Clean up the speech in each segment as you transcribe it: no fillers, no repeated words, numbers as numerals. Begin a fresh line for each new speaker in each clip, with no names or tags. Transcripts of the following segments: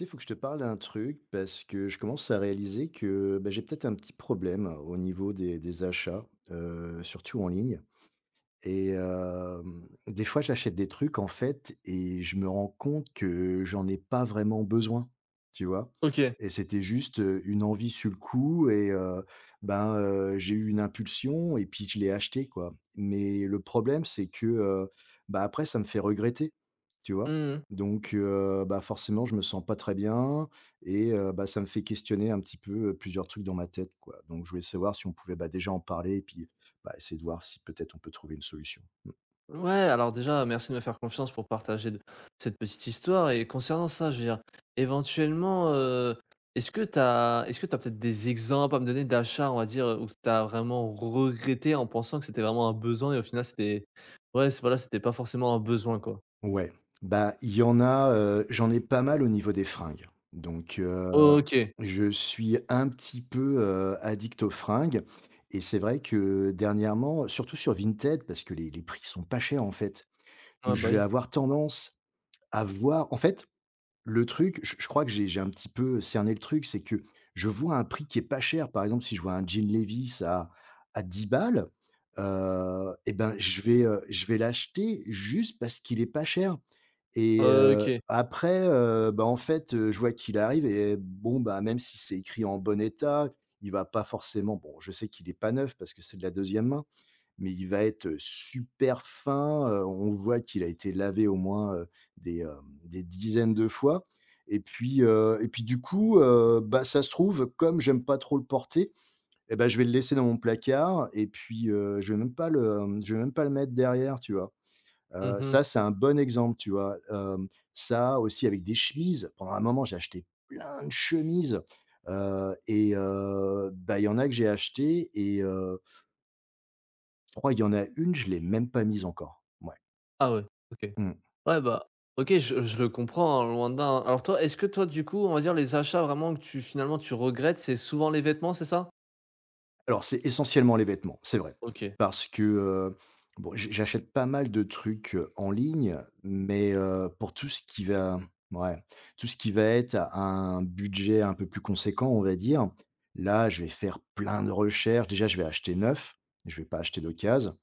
Il faut que je te parle d'un truc parce que je commence à réaliser que bah, j'ai peut-être un petit problème au niveau des achats, surtout en ligne. Et des fois, j'achète des trucs, en fait, et je me rends compte que j'en ai pas vraiment besoin, tu vois?
OK.
Et c'était juste, une envie sur le coup et ben, j'ai eu une impulsion et puis je l'ai acheté, quoi. Mais le problème, c'est que, bah, après ça me fait regretter, tu vois?
Mmh.
Donc bah, forcément, je me sens pas très bien et bah, ça me fait questionner un petit peu, plusieurs trucs dans ma tête, quoi. Donc je voulais savoir si on pouvait, bah, déjà en parler et puis, bah, essayer de voir si peut-être on peut trouver une solution. Mmh.
Ouais, alors déjà, merci de me faire confiance pour partager d cette petite histoire et concernant ça, je veux dire, éventuellement, est-ce que tu peut-être des exemples à me donner d'achats, on va dire, où tu as vraiment regretté en pensant que c'était vraiment un besoin et au final c'était, ouais, c'est voilà, c'était pas forcément un besoin, quoi?
Ouais, bah, il y en a, j'en ai pas mal au niveau des fringues. Donc,
OK.
je suis un petit peu, addict aux fringues, et c'est vrai que dernièrement, surtout sur Vinted, parce que les prix sont pas chers, en fait. Donc
Ah
je
bah,
vais
oui.
avoir tendance à voir en fait. Le truc, je crois que j'ai un petit peu cerné le truc, c'est que je vois un prix qui est pas cher. Par exemple, si je vois un jean Levi's à 10 balles, et ben, je vais l'acheter juste parce qu'il est pas cher, et
OK.
après, bah, en fait, je vois qu'il arrive, et bon, bah, même si c'est écrit en bon état, il va pas forcément, bon, je sais qu'il est pas neuf parce que c'est de la deuxième main, mais il va être super fin, on voit qu'il a été lavé au moins, des dizaines de fois, et puis du coup, bah, ça se trouve, comme j'aime pas trop le porter, et ben je vais le laisser dans mon placard, et puis, je vais même pas le, je vais même pas le mettre derrière, tu vois? Heu,
Mmh.
ça, c'est un bon exemple, tu vois? Ça aussi avec des chemises, pendant un moment, j'ai acheté plein de chemises, bah, il y en a que j'ai acheté, et je crois il y en a une, je l'ai même pas mise encore. Ouais.
Ah ouais, OK.
Mmh.
Ouais, bah, OK, je le comprends, hein, loin d'un. Alors toi, est-ce que toi, du coup, on va dire les achats vraiment que tu finalement tu regrettes, c'est souvent les vêtements, c'est ça?
Alors c'est essentiellement les vêtements, c'est vrai.
OK.
Parce que, bon, j'achète pas mal de trucs, en ligne, mais, pour tout ce qui va, ouais, tout ce qui va être à un budget un peu plus conséquent, on va dire, là, je vais faire plein de recherches. Déjà, je vais acheter neuf, je vais pas acheter d'occasion.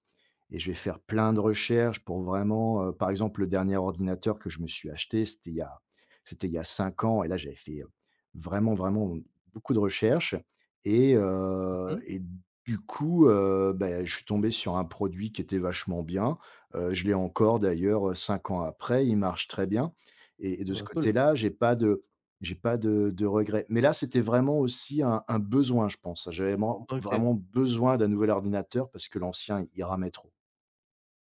Et je vais faire plein de recherches pour vraiment, par exemple, le dernier ordinateur que je me suis acheté, c'était il y a 5 ans, et là, j'avais fait, vraiment, vraiment beaucoup de recherches, et heu
Mmh.
et du coup, bah, je suis tombé sur un produit qui était vachement bien. Je l'ai encore d'ailleurs, 5 ans après, il marche très bien, et de ce
Bah, cool.
côté-là, j'ai pas de regrets. Mais là, c'était vraiment aussi un besoin, je pense. J'avais vraiment
OK.
vraiment besoin d'un nouvel ordinateur parce que l'ancien, il ramait trop.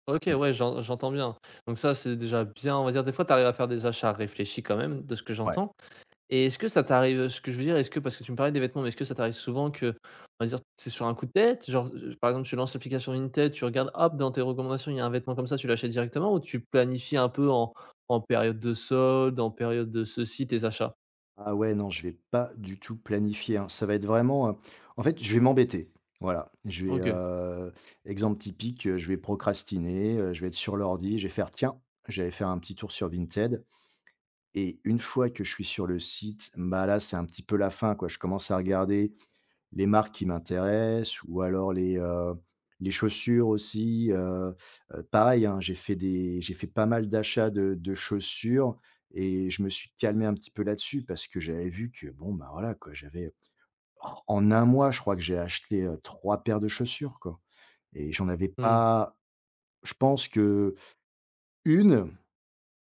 OK,
Mmh.
ouais, j'entends bien. Donc ça, c'est déjà bien, on va dire des fois, tu arrives à faire des achats réfléchis quand même, de ce que
Ouais.
j'entends. Et est-ce que ça t'arrive, ce que je veux dire, est-ce que parce que tu me parlais des vêtements, mais est-ce que ça t'arrive souvent que, on va dire, c'est sur un coup de tête? Genre, par exemple, tu lances l'application Vinted, tu regardes, hop, dans tes recommandations, il y a un vêtement comme ça, tu l'achètes directement ou tu planifies un peu en période de solde, en période de ceci, tes achats?
Ah ouais, non, je vais pas du tout planifier, hein. Ça va être vraiment, en fait, je vais m'embêter. Voilà,
OK.
exemple typique, je vais procrastiner, je vais être sur l'ordi, je vais faire: «Tiens, j'allais faire un petit tour sur Vinted», et une fois que je suis sur le site, bah, là, c'est un petit peu la fin, quoi. Je commence à regarder les marques qui m'intéressent, ou alors les chaussures aussi, pareil, hein, j'ai fait pas mal d'achats de chaussures, et je me suis calmé un petit peu là-dessus parce que j'avais vu que bon, bah, voilà quoi, j'avais, en un mois, je crois que j'ai acheté, 3 paires de chaussures, quoi, et j'en avais
Mmh.
pas, je pense que une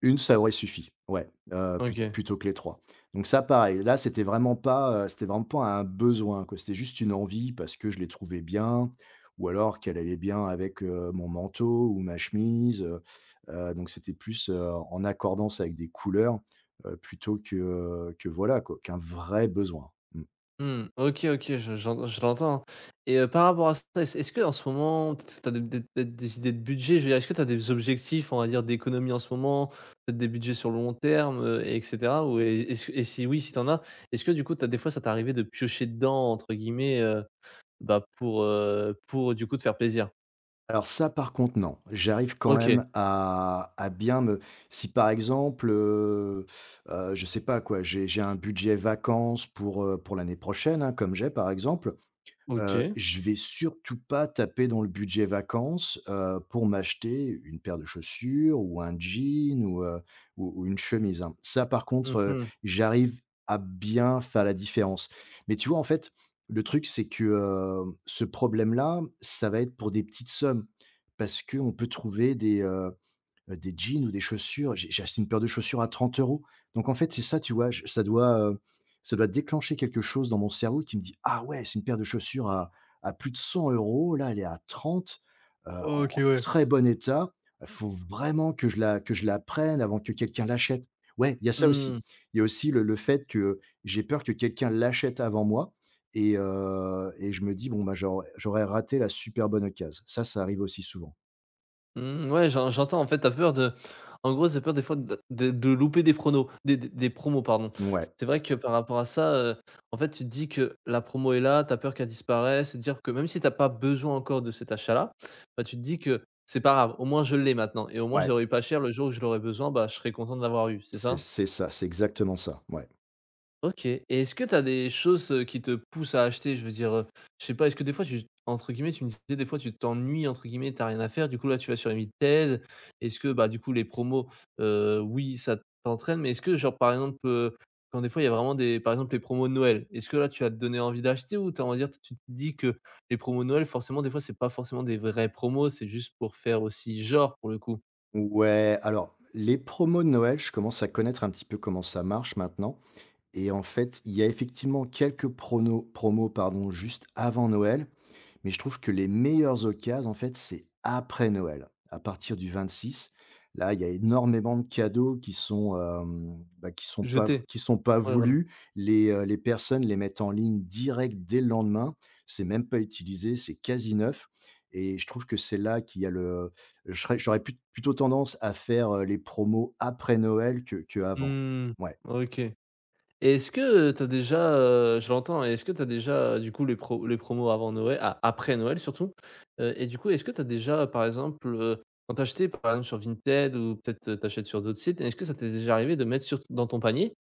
une ça aurait suffi, ouais, heu, plut
OK.
plutôt que les 3. Donc ça, pareil, là, c'était vraiment pas un besoin, quoi. C'était juste une envie parce que je les trouvais bien, ou alors qu'elle allait bien avec, mon manteau ou ma chemise, donc c'était plus, en accordance avec des couleurs, plutôt que voilà, quoi, qu'un vrai besoin. Mmh.
Mmh. OK, OK, je l'entends et par rapport à ça, est-ce qu'en ce moment, peut tu as des idées de budget? Je veux dire, est-ce que tu as des objectifs, on va dire, d'économie en ce moment? Peut-être des budgets sur le long terme, et cetera? Ou et et si oui, si tu en as, est-ce que du coup, t'as des fois, ça t'est arrivé de «piocher dedans» entre guillemets, bah, pour du coup te faire plaisir?
Alors ça, par contre, non. J'arrive quand
OK,
même à bien me, si par exemple, je sais pas quoi, j'ai un budget vacances pour, pour l'année prochaine, hein, comme j'ai par exemple,
OK.
je vais surtout pas taper dans le budget vacances, pour m'acheter une paire de chaussures ou un jean, ou une chemise, hein. Ça par contre,
Mmh.
j'arrive à bien faire la différence. Mais tu vois, en fait, le truc c'est que, ce problème-là, ça va être pour des petites sommes parce qu'on peut trouver des jeans ou des chaussures. J'ai acheté une paire de chaussures à 30 euros. Donc en fait, c'est ça, tu vois? Je Ça doit déclencher quelque chose dans mon cerveau qui me dit: «Ah ouais, c'est une paire de chaussures à plus de 100 euros, là, elle est à 30, en
OK,
en
ouais.
très bon état. Il faut vraiment que je la, que je la prenne avant que quelqu'un l'achète». Ouais, il y a ça
Mmh.
aussi. Il y a aussi le fait que j'ai peur que quelqu'un l'achète avant moi, et je me dis: «Bon, bah, j'aurais raté la super bonne occase». Ça arrive aussi souvent.
Mmh, ouais, j'entends en fait, t'as peur de en gros, t'as peur des fois de louper des pronos des promos, pardon.
Ouais.
C'est vrai que par rapport à ça, en fait, tu te dis que la promo est là, t'as peur qu'elle disparaisse, cest dire que même si t'as pas besoin encore de cet achat-là, bah, tu te dis que: «C'est pas grave, au moins je l'ai maintenant et au moins je
Ouais.
l'aurai pas cher, le jour où je l'aurai besoin, bah, je serai content de l'avoir eu», c'est
C'est
ça?
c'est ça, c'est exactement ça, ouais.
OK. Et est-ce que tu as des choses, qui te poussent à acheter? Je veux dire, je sais pas, est-ce que des fois tu, entre guillemets, tu me disais des fois tu «t'ennuies» entre guillemets, t'as rien à faire, du coup là tu vas sur Vinted. Est-ce que, bah, du coup les promos, oui ça t'entraîne, mais est-ce que genre par exemple, quand des fois il y a vraiment des par exemple les promos de Noël, est-ce que là tu as donné envie d'acheter ou t'as on va dire tu te dis que les promos de Noël forcément des fois c'est pas forcément des vraies promos, c'est juste pour faire aussi genre pour le coup?
Ouais, alors les promos de Noël, je commence à connaître un petit peu comment ça marche maintenant, et en fait, il y a effectivement quelques pronos promos, pardon, juste avant Noël, mais je trouve que les meilleures occasions, en fait, c'est après Noël, à partir du 26. Là, il y a énormément de cadeaux qui sont, bah, qui sont pas
Jeter?
qui sont pas
Ouais, voilà.
voulus. Les personnes les mettent en ligne direct dès le lendemain. C'est même pas utilisé, c'est quasi neuf, et je trouve que c'est là qu'il y a le, je serais, j'aurais plutôt tendance à faire, les promos après Noël que avant.
Hmm.
Ouais.
OK. Et est-ce que, tu as déjà, je l'entends et est-ce que tu as déjà, du coup les pro les promos avant Noël a après Noël surtout, et du coup, est-ce que tu as déjà, par exemple, quand tu acheté par exemple sur Vinted ou peut-être, tu achètes sur d'autres sites, est-ce que ça t'est déjà arrivé de mettre sur dans ton panier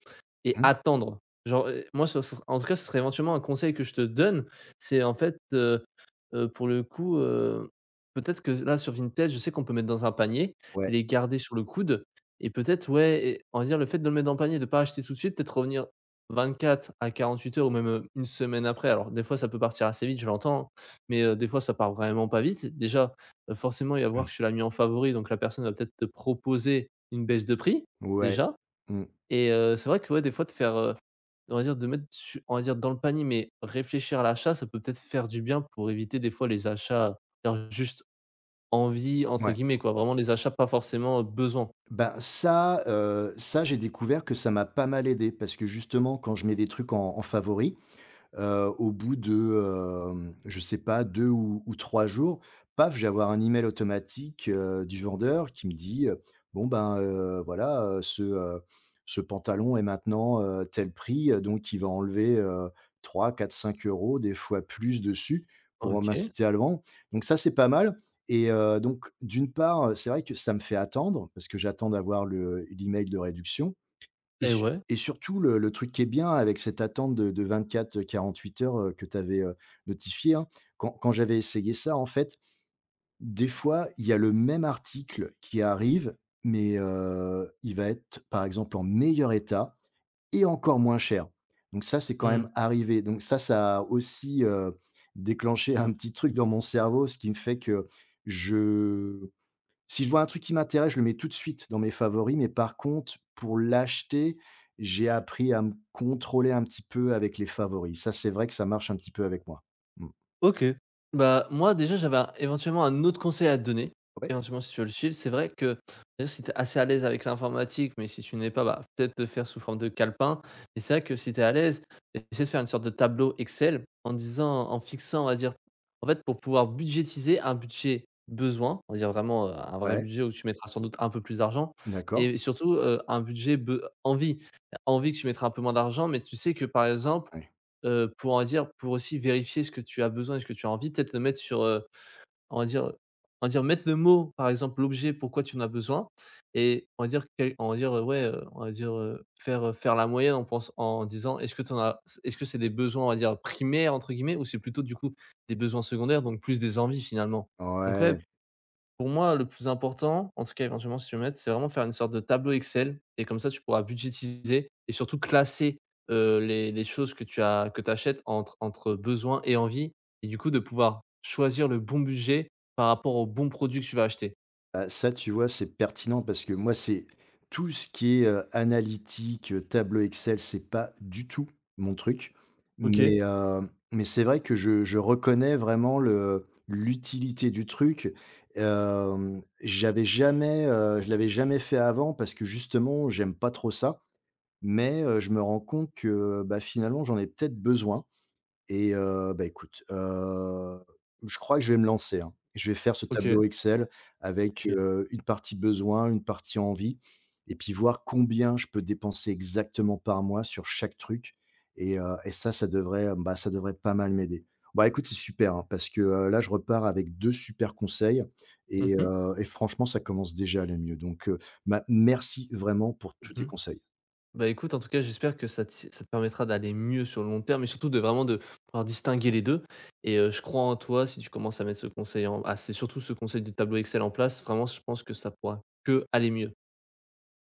et
Mmh.
attendre? Genre, moi ce en tout cas, ce serait éventuellement un conseil que je te donne, c'est en fait, pour le coup, peut-être que là sur Vinted, je sais qu'on peut mettre dans un panier,
Ouais.
les garder sur le coude et peut-être, ouais, et on va dire le fait de le mettre dans le panier, de ne pas acheter tout de suite, peut-être revenir 24 à 48 heures ou même, 1 semaine après. Alors des fois ça peut partir assez vite, je l'entends, mais, des fois ça part vraiment pas vite. Déjà, forcément il va voir
Mmh.
que tu l'as mis en favori, donc la personne va peut-être te proposer une baisse de prix,
Ouais.
déjà.
Mmh.
Et c'est vrai que, ouais, des fois de faire, on va dire de mettre su on va dire dans le panier, mais réfléchir à l'achat, ça peut peut-être faire du bien pour éviter des fois les achats, genre juste «envie» entre
Ouais.
guillemets quoi, vraiment les achats pas forcément, besoin.
Ben, ça, ça j'ai découvert que ça m'a pas mal aidé, parce que justement quand je mets des trucs en favori, au bout de, je sais pas, 2 ou 3 jours, paf, je vais avoir un email automatique, du vendeur qui me dit, «Bon ben, voilà, ce pantalon est maintenant, tel prix», donc il va enlever, 3-4-5 €, des fois plus dessus, pour
OK
m'inciter à le vendre. Donc ça, c'est pas mal, donc d'une part, c'est vrai que ça me fait attendre parce que j'attends d'avoir le l'email de réduction, et
et
su
ouais.
et surtout le truc qui est bien avec cette attente de 24, 48 heures, que tu avais notifié, hein. Quand j'avais essayé ça, en fait, des fois, il y a le même article qui arrive, mais, il va être par exemple en meilleur état et encore moins cher. Donc ça, c'est quand
Mmh.
même arrivé. Donc ça a aussi, déclenché un petit truc dans mon cerveau, ce qui me fait que je si je vois un truc qui m'intéresse, je le mets tout de suite dans mes favoris, mais par contre, pour l'acheter, j'ai appris à me contrôler un petit peu avec les favoris. Ça, c'est vrai que ça marche un petit peu avec moi. Mmh.
OK. Bah, moi déjà j'avais un éventuellement un autre conseil à te donner,
Ouais,
éventuellement si tu veux le suivre. C'est vrai que d'ailleurs si tu es assez à l'aise avec l'informatique, mais si tu n'es pas, bah, peut-être de faire sous forme de calepin. Mais c'est vrai que si tu es à l'aise, essaie de faire une sorte de tableau Excel en fixant, on va dire en fait, pour pouvoir budgétiser un budget besoin, on va dire vraiment, un vrai
ouais,
budget où tu mettras sans doute un peu plus d'argent
d'accord.
et surtout, un budget be envie. Envie que tu mettras un peu moins d'argent, mais tu sais que par exemple.
Ouais.
Pour, on va dire, pour aussi vérifier ce que tu as besoin et ce que tu as envie, peut-être le mettre sur, on va dire, mettre le mot, par exemple, l'objet, pourquoi tu en as besoin et on va dire quel on va dire, on va dire, faire la moyenne en disant: «Est-ce que tu en as est-ce que c'est des besoins, on va dire, "primaires" entre guillemets, ou c'est plutôt du coup des besoins secondaires donc plus des envies finalement?» Donc ouais,
Ouais.
pour moi, le plus important, en tout cas éventuellement si tu veux mettre, c'est vraiment faire une sorte de tableau Excel et comme ça tu pourras budgétiser et surtout classer, les choses que tu achètes entre besoins et envie, et du coup de pouvoir choisir le bon budget par rapport au bon produit que tu vas acheter.
Bah, ça, tu vois, c'est pertinent parce que moi, c'est tout ce qui est, analytique, tableau Excel, c'est pas du tout mon truc.
OK,
Mais c'est vrai que je reconnais vraiment le l'utilité du truc. J'avais jamais, je l'avais jamais fait avant parce que justement, j'aime pas trop ça. Mais, je me rends compte que, bah, finalement, j'en ai peut-être besoin. Et bah, écoute, je crois que je vais me lancer, hein. Je vais faire ce
OK,
tableau Excel avec,
OK.
une partie besoin, une partie envie, et puis voir combien je peux dépenser exactement par mois sur chaque truc, et ça, ça devrait pas mal m'aider. Bah, écoute, c'est super, hein, parce que, là, je repars avec 2 super conseils,
Mmh
et
mh.
heu et franchement, ça commence déjà à aller mieux. Donc bah, merci vraiment pour tous tes
Mmh.
conseils.
Bah, écoute, en tout cas, j'espère que ça te permettra d'aller mieux sur le long terme et surtout de vraiment de pouvoir distinguer les 2. Et je crois en toi si tu commences à mettre ce conseil en, c'est surtout ce conseil du tableau Excel en place, vraiment, je pense que ça pourra que aller mieux.